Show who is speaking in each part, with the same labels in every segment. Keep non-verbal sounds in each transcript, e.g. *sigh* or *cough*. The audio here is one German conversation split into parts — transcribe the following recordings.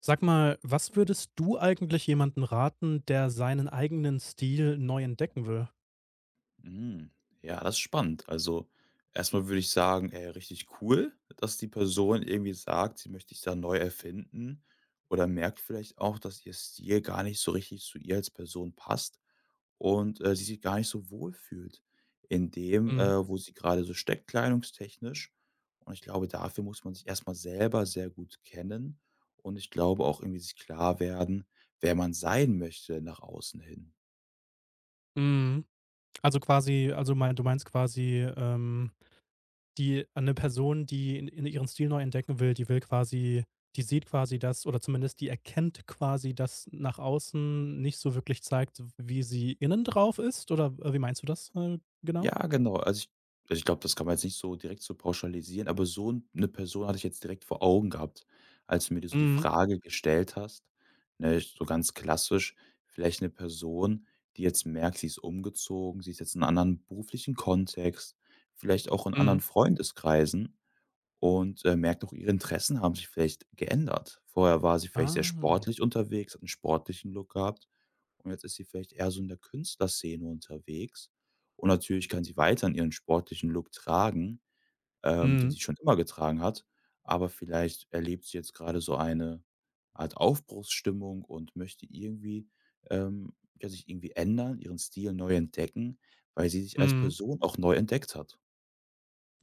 Speaker 1: Sag mal, was würdest du eigentlich jemanden raten, der seinen eigenen Stil neu entdecken will?
Speaker 2: Mhm. Ja, das ist spannend. Also, erstmal würde ich sagen, ey, richtig cool, dass die Person irgendwie sagt, sie möchte sich da neu erfinden oder merkt vielleicht auch, dass ihr Stil gar nicht so richtig zu ihr als Person passt und sie sich gar nicht so wohl fühlt in dem,
Speaker 1: Mhm,
Speaker 2: wo sie gerade so steckt kleidungstechnisch. Und ich glaube, dafür muss man sich erstmal selber sehr gut kennen und ich glaube auch irgendwie sich klar werden, wer man sein möchte nach außen hin.
Speaker 1: mhm. Also quasi also mein du meinst quasi, die eine Person, die in ihren Stil neu entdecken will, die sieht quasi das, oder zumindest die erkennt quasi, dass nach außen nicht so wirklich zeigt, wie sie innen drauf ist. Oder, wie meinst du das, genau?
Speaker 2: Ja, genau. Also, ich glaube, das kann man jetzt nicht so direkt so pauschalisieren, aber so 'n 'ne Person hatte ich jetzt direkt vor Augen gehabt, als du mir die so die
Speaker 1: Mhm,
Speaker 2: Frage gestellt hast, ne, so ganz klassisch. Vielleicht eine Person, die jetzt merkt, sie ist umgezogen, sie ist jetzt in 'nem anderen beruflichen Kontext, vielleicht auch in anderen
Speaker 1: mhm.
Speaker 2: Freundeskreisen und, merkt auch, ihre Interessen haben sich vielleicht geändert. Vorher war sie vielleicht sehr
Speaker 1: Ah.
Speaker 2: sportlich unterwegs, hat 'n sportlichen Look gehabt und jetzt ist sie vielleicht eher so in der Künstlerszene unterwegs. Und natürlich kann sie weiterhin ihren sportlichen Look tragen, den
Speaker 1: Mhm,
Speaker 2: sie schon immer getragen hat, aber vielleicht erlebt sie jetzt gerade so eine Art Aufbruchsstimmung und möchte irgendwie, ähm ja, sich irgendwie ändern, ihren Stil neu entdecken, weil sie sich als
Speaker 1: mhm.
Speaker 2: Person auch neu entdeckt hat.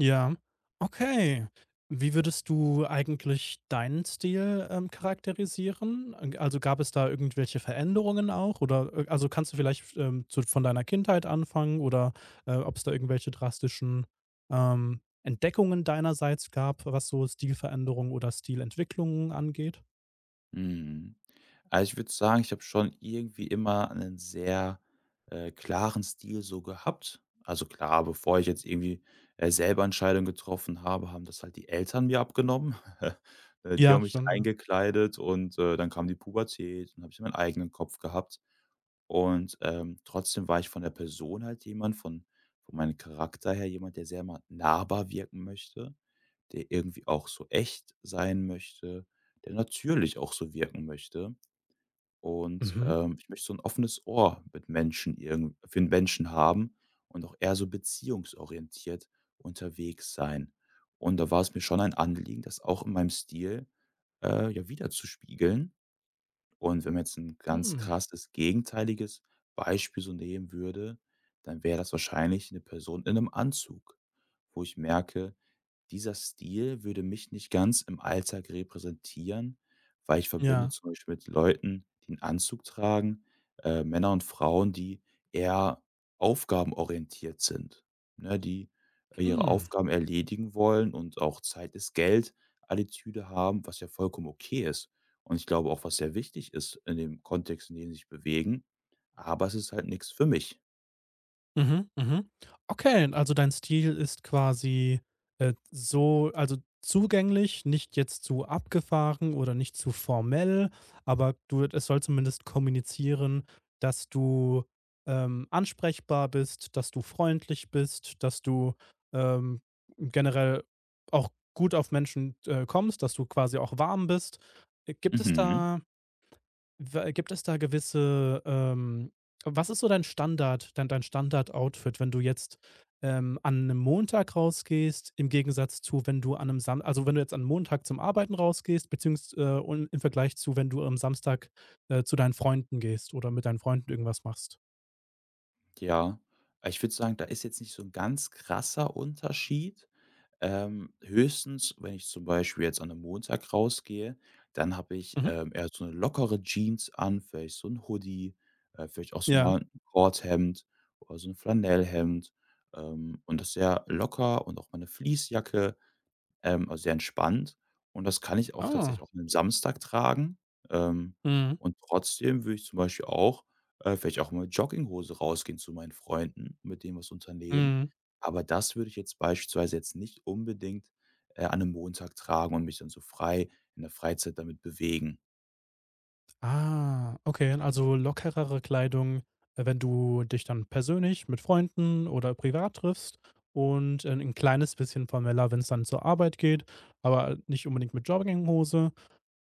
Speaker 1: Ja, okay. Wie würdest du eigentlich deinen Stil, charakterisieren? Also, gab es da irgendwelche Veränderungen auch? Oder, also, kannst du vielleicht, zu von deiner Kindheit anfangen, oder, ob es da irgendwelche drastischen, ähm, Entdeckungen deinerseits gab, was so Stilveränderungen oder Stilentwicklungen angeht?
Speaker 2: Mhm. Also, ich würde sagen, ich habe schon irgendwie immer einen sehr, klaren Stil so gehabt. Also, klar, bevor ich jetzt irgendwie, selber Entscheidungen getroffen habe, haben das halt die Eltern mir abgenommen. *laughs* Die
Speaker 1: Ja,
Speaker 2: haben mich
Speaker 1: stimmt, ja.
Speaker 2: eingekleidet und, dann kam die Pubertät und habe ich meinen eigenen Kopf gehabt. Und, trotzdem war ich von der Person halt jemand, von meinem Charakter her jemand, der sehr mal nahbar wirken möchte, der irgendwie auch so echt sein möchte, der natürlich auch so wirken möchte. Und, ich möchte so ein offenes Ohr mit Menschen irgend für den Menschen haben und auch eher so beziehungsorientiert unterwegs sein. Und da war es mir schon ein Anliegen, das auch in meinem Stil, ja, wieder zu spiegeln. Und wenn man jetzt ein ganz
Speaker 1: Mhm.
Speaker 2: krasses gegenteiliges Beispiel so nehmen würde, dann wäre das wahrscheinlich eine Person in einem Anzug, wo ich merke, dieser Stil würde mich nicht ganz im Alltag repräsentieren, weil ich verbinde
Speaker 1: Ja.
Speaker 2: zum Beispiel mit Leuten, die einen Anzug tragen, Männer und Frauen, die eher aufgabenorientiert sind, ne, die ihre
Speaker 1: Mhm.
Speaker 2: Aufgaben erledigen wollen und auch „Zeit ist Geld“-Attitüde haben, was ja vollkommen okay ist. Und ich glaube auch, was sehr wichtig ist in dem Kontext, in dem sie sich bewegen, aber es ist halt nichts für mich.
Speaker 1: Mhm, mhm. Okay, also dein Stil ist quasi, so also zugänglich, nicht jetzt zu abgefahren oder nicht zu formell, aber du es soll zumindest kommunizieren, dass du, ansprechbar bist, dass du freundlich bist, dass du, ähm, generell auch gut auf Menschen, kommst, dass du quasi auch warm bist. Äh, gibt es
Speaker 2: Mhm,
Speaker 1: da Gibt es da gewisse, was ist so dein Standard-Outfit, wenn du jetzt, an einem Montag rausgehst, im Gegensatz zu, wenn du an einem Sam also, wenn du jetzt an 'nem Montag zum Arbeiten rausgehst, beziehungsweise und im Vergleich zu, wenn du am Samstag, zu deinen Freunden gehst oder mit deinen Freunden irgendwas machst?
Speaker 2: ja. Ich würde sagen, da ist jetzt nicht so ein ganz krasser Unterschied. Höchstens, wenn ich zum Beispiel jetzt an einem Montag rausgehe, dann habe ich,
Speaker 1: Mhm.
Speaker 2: eher so eine lockere Jeans an, vielleicht so ein Hoodie, vielleicht auch so
Speaker 1: Ja.
Speaker 2: mal ein Korthemd oder so ein Flanellhemd, und das sehr locker und auch mal 'ne Fleecejacke. Also sehr entspannt. Und das kann ich auch tatsächlich
Speaker 1: Ah.
Speaker 2: auch an 'nem Samstag tragen. Ähm,
Speaker 1: Mhm.
Speaker 2: und trotzdem würde ich zum Beispiel auch, vielleicht auch mal mit Jogginghose rausgehen zu meinen Freunden, mit denen was unternehmen.
Speaker 1: Mhm.
Speaker 2: Aber das würde ich jetzt beispielsweise jetzt nicht unbedingt, an einem Montag tragen und mich dann so frei in der Freizeit damit bewegen.
Speaker 1: Ah, okay, also lockerere Kleidung, wenn du dich dann persönlich mit Freunden oder privat triffst und, 'n kleines bisschen formeller, wenn es dann zur Arbeit geht, aber nicht unbedingt mit Jogginghose.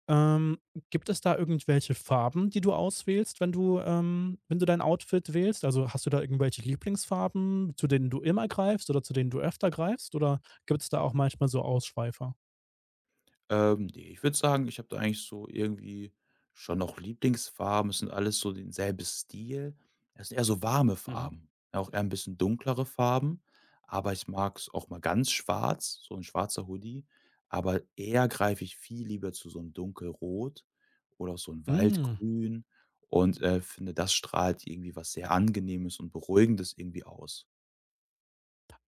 Speaker 1: Ähm, Gibt es da irgendwelche Farben, die du auswählst, wenn du dein Outfit wählst? Also, hast du da irgendwelche Lieblingsfarben, zu denen du immer greifst oder zu denen du öfter greifst, oder gibt es da auch manchmal so Ausschweifer?
Speaker 2: Ne, ich würde sagen, ich habe da eigentlich so irgendwie schon noch Lieblingsfarben. Es sind alles so denselben Stil. Es sind eher so warme
Speaker 1: Mhm.
Speaker 2: Farben, ja, auch eher ein bisschen dunklere Farben, aber ich mag es auch mal ganz schwarz, so ein schwarzer Hoodie, aber eher greife ich viel lieber zu so einem Dunkelrot oder auch so ein
Speaker 1: Hm.
Speaker 2: Waldgrün und, finde, das strahlt irgendwie was sehr Angenehmes und Beruhigendes irgendwie aus.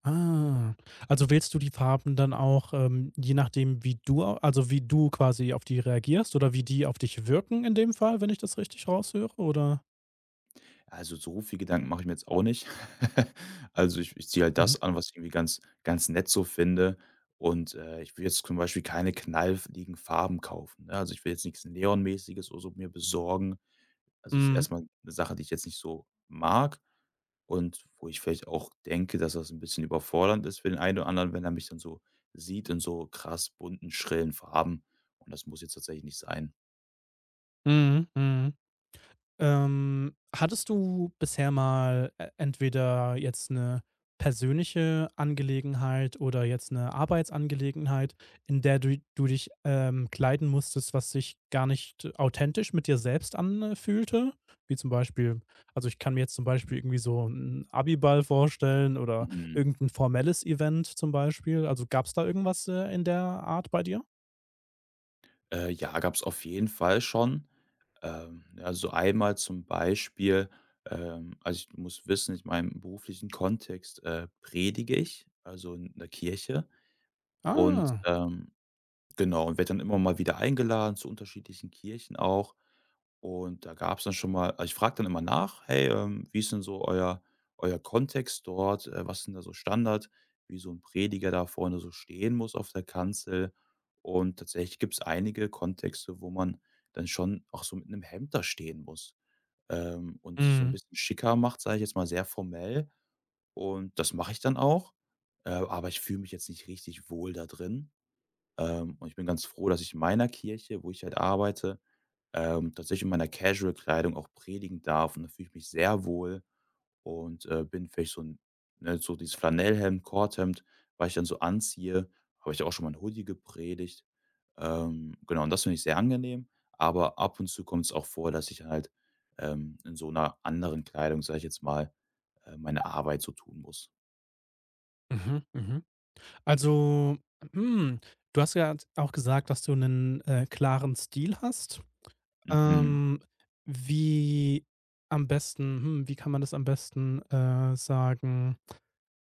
Speaker 1: Ah, also wählst du die Farben dann auch, je nachdem, wie du quasi auf die reagierst oder wie die auf dich wirken in dem Fall, wenn ich das richtig raushöre, oder?
Speaker 2: Also, so viel Gedanken mache ich mir jetzt auch nicht. *laughs* Also, ich ziehe halt
Speaker 1: Mhm.
Speaker 2: das an, was ich irgendwie ganz ganz nett so finde und, ich will jetzt zum Beispiel keine knallfliegen Farben kaufen, ne? Also, ich will jetzt nichts Neonmäßiges oder so mir besorgen. Also, ist
Speaker 1: Mhm.
Speaker 2: erstmal eine Sache, die ich jetzt nicht so mag und wo ich vielleicht auch denke, dass das ein bisschen überfordernd ist für den einen oder anderen, wenn er mich dann so sieht in so krass bunten, schrillen Farben, und das muss jetzt tatsächlich nicht sein.
Speaker 1: Mhm. Mhm. Hattest du bisher mal e entweder jetzt eine persönliche Angelegenheit oder jetzt eine Arbeitsangelegenheit, in der du dich, kleiden musstest, was sich gar nicht authentisch mit dir selbst anfühlte? Wie zum Beispiel also, ich kann mir jetzt zum Beispiel irgendwie so einen Abiball vorstellen oder
Speaker 2: Mhm.
Speaker 1: irgendein formelles Event zum Beispiel. Also, gab es da irgendwas, in der Art bei dir?
Speaker 2: Ja, gab's auf jeden Fall schon. Also einmal zum Beispiel, also, ich muss wissen, in meinem beruflichen Kontext, predige ich, also in der Kirche und,
Speaker 1: Ah,
Speaker 2: genau, und werde dann immer mal wieder eingeladen zu unterschiedlichen Kirchen auch. Und da gab's dann schon mal, also, ich frage dann immer nach: „Hey, wie ist denn so euer Kontext dort? Was sind da so Standard, wie so ein Prediger da vorne so stehen muss auf der Kanzel?“ Und tatsächlich gibt's einige Kontexte, wo man dann schon auch so mit einem Hemd da stehen muss, und sich so ein
Speaker 1: mhm.
Speaker 2: bisschen schicker macht, sage ich jetzt mal, sehr formell. Und das mache ich dann auch, aber ich fühle mich jetzt nicht richtig wohl da drin. Und ich bin ganz froh, dass ich in meiner Kirche, wo ich halt arbeite, tatsächlich in meiner Casual-Kleidung auch predigen darf. Und da fühle ich mich sehr wohl und bin vielleicht so ein, ne, so dieses Flanellhemd, Korthemd, was ich dann so anziehe. Habe ich auch schon mal ein Hoodie gepredigt. Genau, und das finde ich sehr angenehm. Aber ab und zu kommt es auch vor, dass ich halt in so einer anderen Kleidung, sage ich jetzt mal, meine Arbeit so tun muss.
Speaker 1: Mhm, mhm. Also, hm, du hast ja auch gesagt, dass du einen klaren Stil hast.
Speaker 2: Mhm.
Speaker 1: Ähm, wie wie kann man das am besten, sagen?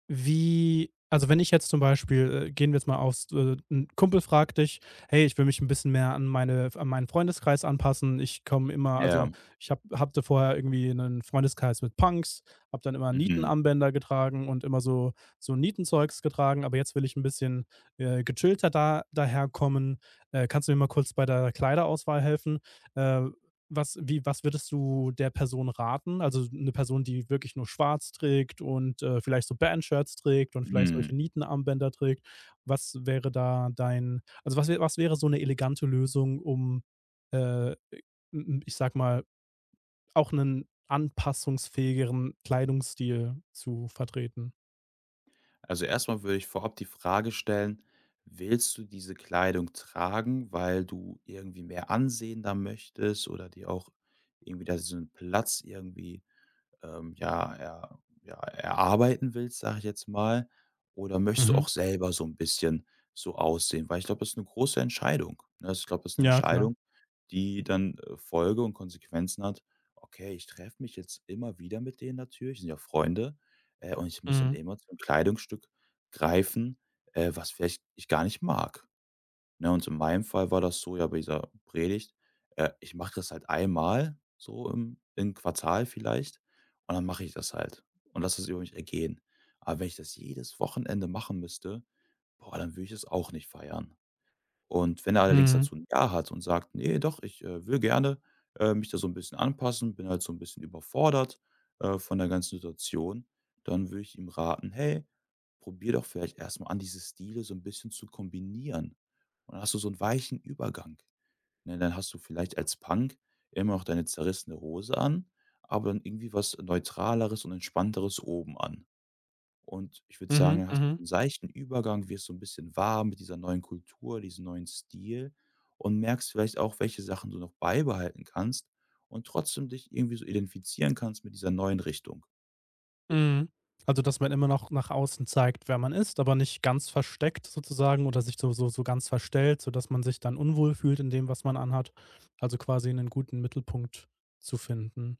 Speaker 1: Wie Also, wenn ich jetzt zum Beispiel, gehen wir jetzt mal aufs 'n Kumpel fragt dich: „Hey, ich will mich ein bisschen mehr an meinen Freundeskreis anpassen. Ich komme immer
Speaker 2: Ja.
Speaker 1: also, ich habe hatte vorher irgendwie einen Freundeskreis mit Punks, habe dann immer
Speaker 2: Mhm.
Speaker 1: Nietenarmbänder getragen und immer so Nietenzeugs getragen, aber jetzt will ich ein bisschen, gechillter da daherkommen. Kannst du mir mal kurz bei der Kleiderauswahl helfen?" Äh, was würdest du der Person raten? Also, eine Person, die wirklich nur schwarz trägt und, vielleicht so Bandshirts trägt und vielleicht
Speaker 2: Mhm.
Speaker 1: solche Nietenarmbänder trägt. Was wäre da dein also, was wä was wäre so eine elegante Lösung, um, i ich sag mal, auch einen anpassungsfähigeren Kleidungsstil zu vertreten?
Speaker 2: Also erstmal würde ich vorab die Frage stellen, willst du diese Kleidung tragen, weil du irgendwie mehr Ansehen da möchtest oder dir auch irgendwie da so einen Platz irgendwie erarbeiten willst, sage ich jetzt mal? Oder möchtest du
Speaker 1: Mhm.
Speaker 2: auch selber so ein bisschen so aussehen? Weil ich glaube, das ist eine große Entscheidung, ne? Also, ich glaube, das ist eine
Speaker 1: Ja, klar.
Speaker 2: Entscheidung, die dann, Folge und Konsequenzen hat. Okay, ich treffe mich jetzt immer wieder mit denen natürlich, sind ja Freunde, und ich muss dann
Speaker 1: Mhm.
Speaker 2: immer zum Kleidungsstück greifen, was vielleicht ich gar nicht mag. Ne, und so in meinem Fall war das so ja bei dieser Predigt, ich mache das halt einmal so im Quartal vielleicht und dann mache ich das halt und lasse das über mich ergehen. Aber wenn ich das jedes Wochenende machen müsste, boah, dann würde ich es auch nicht feiern. Und wenn er allerdings
Speaker 1: Mhm.
Speaker 2: dazu ein Ja hat und sagt: nee, doch, ich, will gerne, mich da so ein bisschen anpassen, bin halt so ein bisschen überfordert, von der ganzen Situation“, dann würde ich ihm raten: „Hey, probier doch vielleicht erstmal an, diese Stile so ein bisschen zu kombinieren.“ Und dann hast du so einen weichen Übergang, ne? Dann hast du vielleicht als Punk immer noch deine zerrissene Hose an, aber dann irgendwie was Neutraleres und Entspannteres oben an. Und ich würde sagen,
Speaker 1: Mhm.
Speaker 2: dann hast du
Speaker 1: Mhm.
Speaker 2: einen seichten Übergang, wirst so ein bisschen warm mit dieser neuen Kultur, diesem neuen Stil und merkst vielleicht auch, welche Sachen du noch beibehalten kannst und trotzdem dich irgendwie so identifizieren kannst mit dieser neuen Richtung.
Speaker 1: Mhm. Also, dass man immer noch nach außen zeigt, wer man ist, aber nicht ganz versteckt sozusagen, oder sich so ganz verstellt, sodass man sich dann unwohl fühlt in dem, was man anhat. Also, quasi einen guten Mittelpunkt zu finden.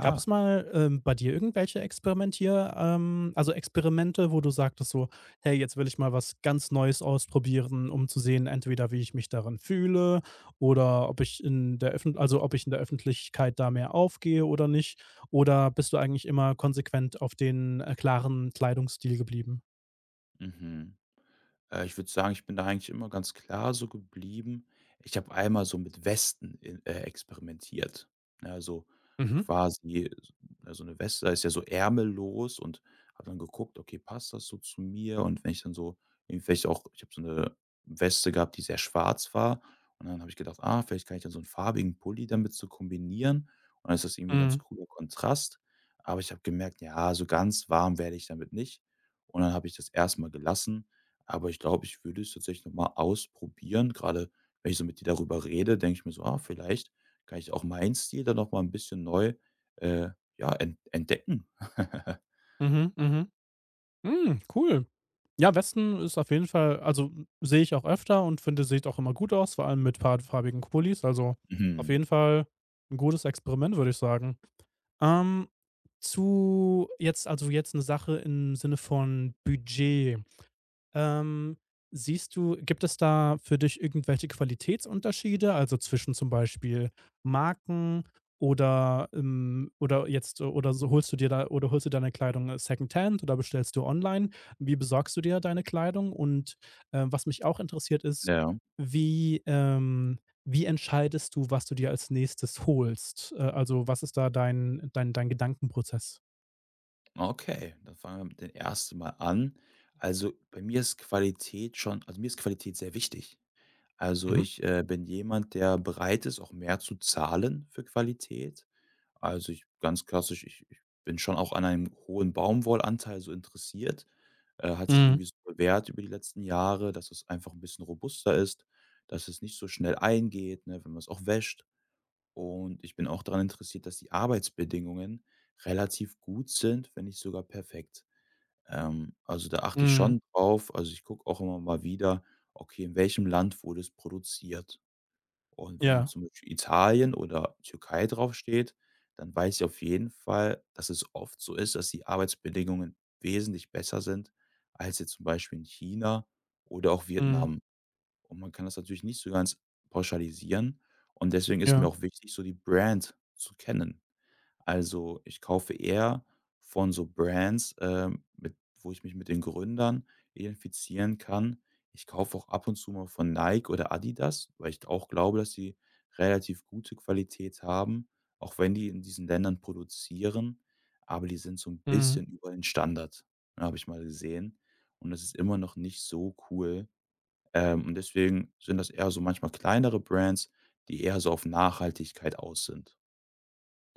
Speaker 1: Gab es mal, bei dir irgendwelche Experimentier also Experimente, wo du sagtest so: „Hey, jetzt will ich mal was ganz Neues ausprobieren, um zu sehen, entweder wie ich mich darin fühle oder ob ich in der Öffent also, ob ich in der Öffentlichkeit da mehr aufgehe oder nicht?" Oder bist du eigentlich immer konsequent auf den, klaren Kleidungsstil geblieben?
Speaker 2: mhm. Ich würde sagen, ich bin da eigentlich immer ganz klar so geblieben. Ich habe einmal so mit Westen in experimentiert. Ne, also,
Speaker 1: Mhm.
Speaker 2: quasi s ja, so also 'ne Weste, da ist ja so ärmellos, und habe dann geguckt: „Okay, passt das so zu mir?“ Und wenn ich dann so irgendwie vielleicht auch ich habe so 'ne Weste gehabt, die sehr schwarz war, und dann habe ich gedacht: „Ah, vielleicht kann ich dann so 'n farbigen Pulli damit so kombinieren und dann ist das irgendwie 'n ganz
Speaker 1: Mhm.
Speaker 2: cooler Kontrast.“ Aber ich habe gemerkt: „Ja, so ganz warm werde ich damit nicht.“ Und dann habe ich das erst mal gelassen, aber ich glaube, ich würde es tatsächlich noch mal ausprobieren. Gerade wenn ich so mit dir darüber rede, denke ich mir so: „Ah, vielleicht kann ich auch meinen Stil dann noch mal 'n bisschen neu, äh, ja, entdecken.“ *laughs*
Speaker 1: Mhm. Mhm. Hm, cool. Ja, Westen ist auf jeden Fall, also, sehe ich auch öfter und finde, sieht auch immer gut aus, vor allem mit paar farbigen Pullis. Also, auf
Speaker 2: Mhm.
Speaker 1: jeden Fall ein gutes Experiment, würde ich sagen. Ähm, jetzt eine Sache im Sinne von Budget. Ähm, siehst du gibt es da für dich irgendwelche Qualitätsunterschiede, also zwischen zum Beispiel Marken, oder, oder, jetzt oder so holst du dir da oder holst du deine Kleidung, Secondhand, oder bestellst du online? Wie besorgst du dir deine Kleidung? Und, was mich auch interessiert ist,
Speaker 2: Ja.
Speaker 1: wie entscheidest du, was du dir als Nächstes holst? Also, was ist da dein Gedankenprozess?
Speaker 2: Okay, dann fangen wir mit dem ersten Mal an. Also, mir ist Qualität sehr wichtig. Also,
Speaker 1: Mhm.
Speaker 2: ich, bin jemand, der bereit ist, auch mehr zu zahlen für Qualität. Also, ich ganz klassisch, ich bin schon auch an einem hohen Baumwollanteil so interessiert. Hat sich
Speaker 1: Mhm.
Speaker 2: irgendwie so bewährt über die letzten Jahre, dass es einfach ein bisschen robuster ist, dass es nicht so schnell eingeht, ne, wenn man es auch wäscht. Und ich bin auch daran interessiert, dass die Arbeitsbedingungen relativ gut sind, wenn nicht sogar perfekt. Also, da achte ich
Speaker 1: Mhm.
Speaker 2: schon drauf. Also, ich gucke auch immer mal wieder: „Okay, in welchem Land wurde es produziert?“ Und wenn dann
Speaker 1: Ja.
Speaker 2: zum Beispiel Italien oder Türkei draufsteht, dann weiß ich auf jeden Fall, dass es oft so ist, dass die Arbeitsbedingungen wesentlich besser sind als jetzt zum Beispiel in China oder auch
Speaker 1: Mhm.
Speaker 2: Vietnam. Und man kann das natürlich nicht so ganz pauschalisieren und deswegen ist mir
Speaker 1: Ja.
Speaker 2: auch wichtig, so die Brand zu kennen. Also, ich kaufe eher von so Brands, mit wo ich mich mit den Gründern identifizieren kann. Ich kaufe auch ab und zu mal von Nike oder Adidas, weil ich auch glaube, dass sie relativ gute Qualität haben, auch wenn die in diesen Ländern produzieren, aber die sind so ein
Speaker 1: Mhm.
Speaker 2: bisschen über den Standard, ja, habe ich mal gesehen. Und das ist immer noch nicht so cool. Und deswegen sind das eher so manchmal kleinere Brands, die eher so auf Nachhaltigkeit aus sind.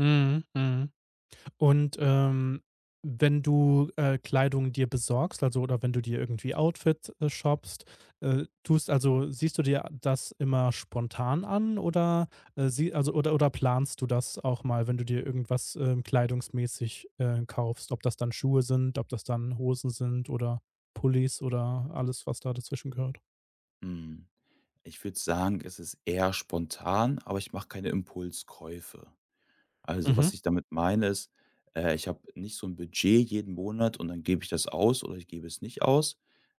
Speaker 1: Mhm, mhm. Und, wenn du, Kleidung dir besorgst, also oder wenn du dir irgendwie Outfit, shoppst, tust also siehst du dir das immer spontan an, oder, sie also oder planst du das auch mal, wenn du dir irgendwas, kleidungsmäßig, kaufst? Ob das dann Schuhe sind, ob das dann Hosen sind oder Pullis oder alles, was da dazwischen gehört?
Speaker 2: Hm, ich würde sagen, es ist eher spontan, aber ich mache keine Impulskäufe. Also, was
Speaker 1: Mhm,
Speaker 2: ich damit meine, ist, ich habe nicht so 'n Budget jeden Monat und dann gebe ich das aus oder ich gebe es nicht aus,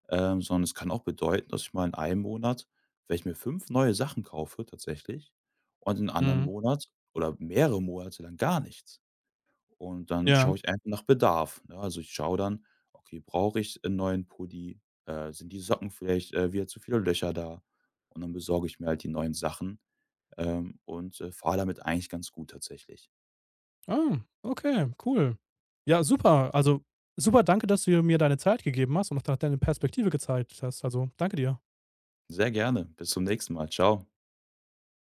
Speaker 2: sondern es kann auch bedeuten, dass ich mal in einem Monat vielleicht mir 5 neue Sachen kaufe tatsächlich und in anderen
Speaker 1: mhm.
Speaker 2: Monat oder mehrere Monate lang gar nichts. Und dann
Speaker 1: Ja.
Speaker 2: schaue ich einfach nach Bedarf, ne? Also, ich schaue dann: „Okay, brauche ich einen neuen Pulli? Sind die Socken vielleicht, wieder zu viele Löcher da?“ Und dann besorge ich mir halt die neuen Sachen, und, fahre damit eigentlich ganz gut tatsächlich.
Speaker 1: Ah, okay, cool. Ja, super. Also, super danke, dass du mir deine Zeit gegeben hast und auch deine Perspektive gezeigt hast. Also, danke dir.
Speaker 2: Sehr gerne. Bis zum nächsten Mal. Ciao.